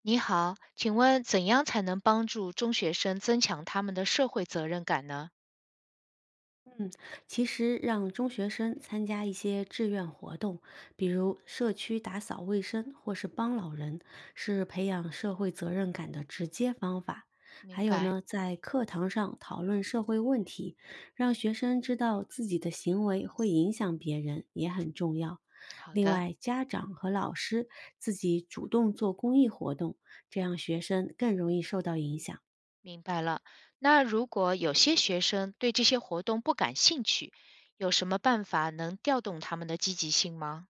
你好，请问怎样才能帮助中学生增强他们的社会责任感呢？嗯，其实让中学生参加一些志愿活动，比如社区打扫卫生或是帮老人，是培养社会责任感的直接方法。明还有白，呢，在课堂上讨论社会问题，让学生知道自己的行为会影响别人，也很重要。好另的，外，家长和老师自己主动做公益活动，这样学生更容易受到影响。明白了。那如果有些学生对这些活动不感兴趣，有什么办法能调动他们的积极性吗？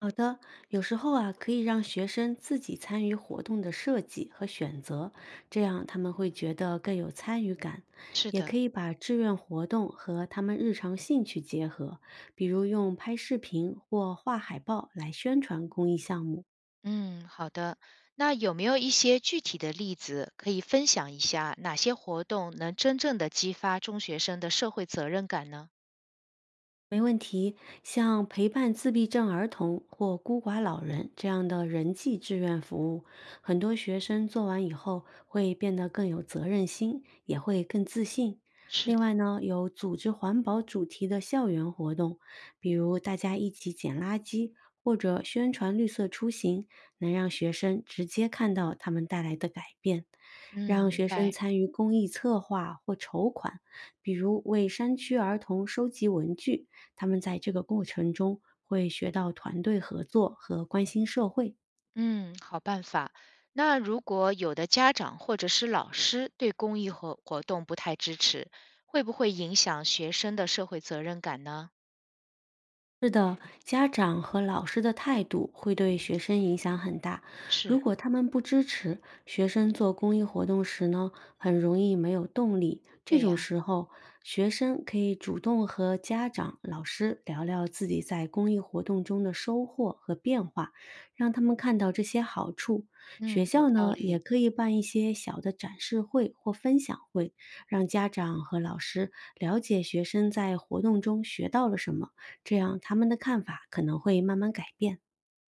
好的，有时候，可以让学生自己参与活动的设计和选择，这样他们会觉得更有参与感。是也可的，以把志愿活动和他们日常兴趣结合，比如用拍视频或画海报来宣传公益项目。嗯，好的。那有没有一些具体的例子可以分享一下？哪些活动能真正的激发中学生的社会责任感呢？没问题，像陪伴自闭症儿童或孤寡老人这样的人际志愿服务，很多学生做完以后会变得更有责任心，也会更自信。是另的，外呢，有组织环保主题的校园活动，比如大家一起捡垃圾，或者宣传绿色出行，能让学生直接看到他们带来的改变。嗯，让明学生白。参与公益策划或筹款，比如为山区儿童收集文具，他们在这个过程中会学到团队合作和关心社会。嗯，好办法。那如果有的家长或者是老师对公益活活动不太支持，会不会影响学生的社会责任感呢？是的，家长和老师的态度会对学生影响很大。如是，果他们不支持学生做公益活动时呢，很容易没有动力。这对种呀，时候，学生可以主动和家长、老师聊聊自己在公益活动中的收获和变化，让他们看到这些好处。学嗯，有校道呢，也理。可以办一些小的展示会或分享会，让家长和老师了解学生在活动中学到了什么。这样他们的看法可能会慢慢改变。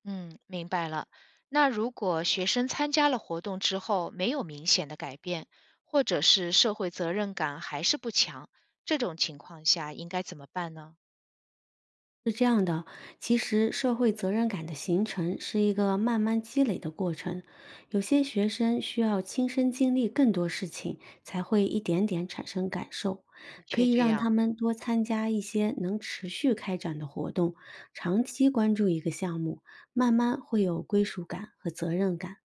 嗯，明白了。那如果学生参加了活动之后没有明显的改变，或者是社会责任感还是不强，这种情况下应该怎么办呢？是这样的，其实社会责任感的形成是一个慢慢积累的过程，有些学生需要亲身经历更多事情，才会一点点产生感受。的可确以这让他样，们多参加一些能持续开展的活动，长期关注一个项目，慢慢会有归属感和责任感。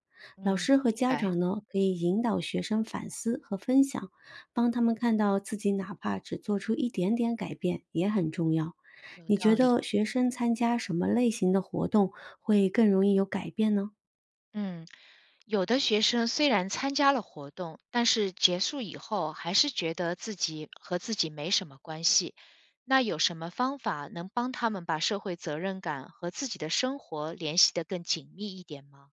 老嗯，师和明家白，长呢，可以引导学生反思和分享，帮他们看到自己哪怕只做出一点点改变也很重要。有你觉道理。得学生参加什么类型的活动会更容易有改变呢？嗯，有的学生虽然参加了活动，但是结束以后还是觉得自己和自己没什么关系。那有什么方法能帮他们把社会责任感和自己的生活联系得更紧密一点吗？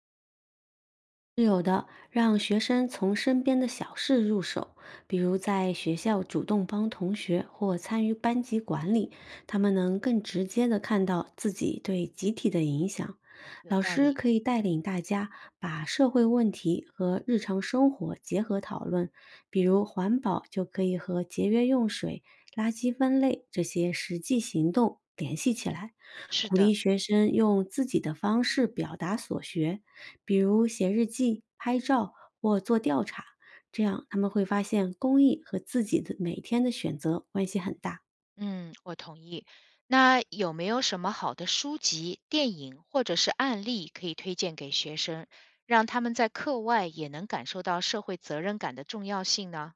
是有的，让学生从身边的小事入手，比如在学校主动帮同学或参与班级管理，他们能更直接的看到自己对集体的影响。有老道师理，可以带领大家把社会问题和日常生活结合讨论，比如环保就可以和节约用水、垃圾分类这些实际行动联系起来，是鼓的，励学生用自己的方式表达所学。比如写日记、拍照或做调查，这样他们会发现公益和自己的每天的选择关系很大。嗯，我同意。那有没有什么好的书籍、电影或者是案例可以推荐给学生，让他们在课外也能感受到社会责任感的重要性呢？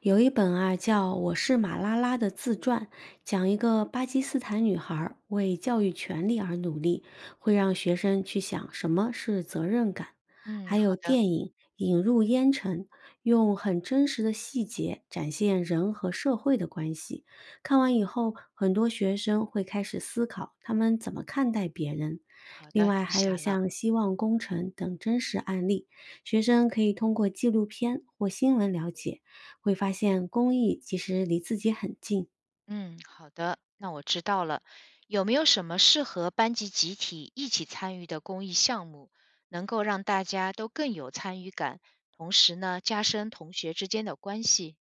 有一本叫《我是马拉拉》的自传，讲一个巴基斯坦女孩儿为教育权利而努力，会让学生去想什么是责任感。嗯，还好有的。电影《引入烟尘》，用很真实的细节展现人和社会的关系。看完以后，很多学生会开始思考他们怎么看待别人。好另的，外，记还有下了。像《希望工程》等真实案例，学生可以通过纪录片或新闻了解。会发现公益其实离自己很近，嗯，好的，那我知道了。有没有什么适合班级集体一起参与的公益项目，能够让大家都更有参与感，同时呢，加深同学之间的关系？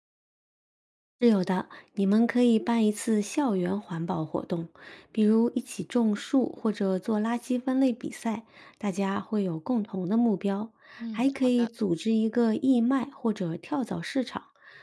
是有的，你们可以办一次校园环保活动，比如一起种树或者做垃圾分类比赛，大家会有共同的目标。嗯，还可好以的，组织一个义卖或者跳蚤市场，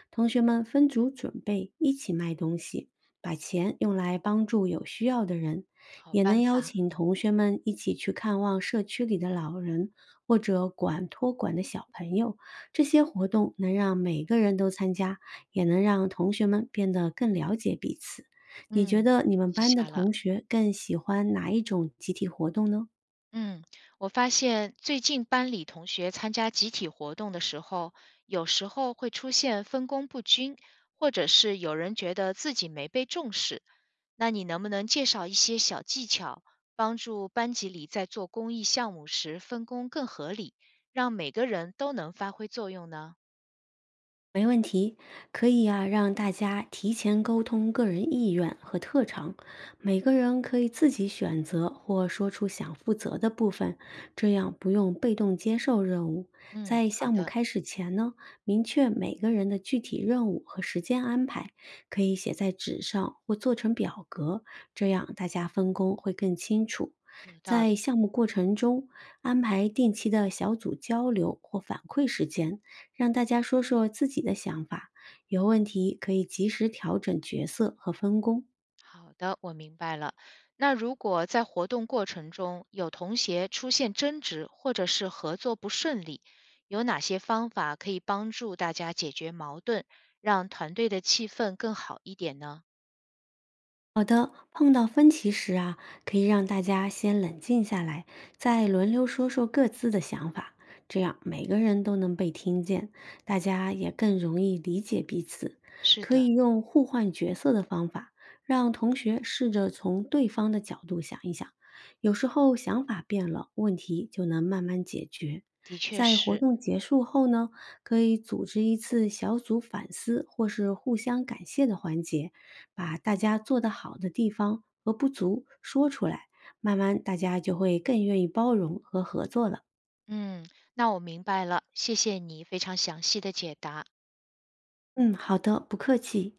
同学们分组准备，一起卖东西，把钱用来帮助有需要的人。好也能办邀法。请同学们一起去看望社区里的老人或者管托管的小朋友。这些活动能让每个人都参加。也能让同学们变得更了解彼此。你觉嗯，得你我们记班的下了。同学更喜欢哪一种集体活动呢？嗯，我发现最近班里同学参加集体活动的时候，有时候会出现分工不均，或者是有人觉得自己没被重视。那你能不能介绍一些小技巧，帮助班级里在做公益项目时分工更合理，让每个人都能发挥作用呢？没问题，可以，让大家提前沟通个人意愿和特长，每个人可以自己选择或说出想负责的部分，这样不用被动接受任务。嗯，在好项目的，开始前呢，明确每个人的具体任务和时间安排，可以写在纸上或做成表格，这样大家分工会更清楚。有道在理。项目过程中，安排定期的小组交流或反馈时间，让大家说说自己的想法，有问题可以及时调整角色和分工。好的，我明白了。那如果在活动过程中有同学出现争执，或者是合作不顺利，有哪些方法可以帮助大家解决矛盾，让团队的气氛更好一点呢？好的，碰到分歧时，可以让大家先冷静下来，再轮流说说各自的想法，这样每个人都能被听见，大家也更容易理解彼此。是可以的，用互换角色的方法，让同学试着从对方的角度想一想，有时候想法变了，问题就能慢慢解决。的确在活是。动结束后呢，可以组织一次小组反思或是互相感谢的环节，把大家做得好的地方和不足说出来，慢慢大家就会更愿意包容和合作了。嗯，那我明白了，谢谢你非常详细的解答。嗯，好的，不客气。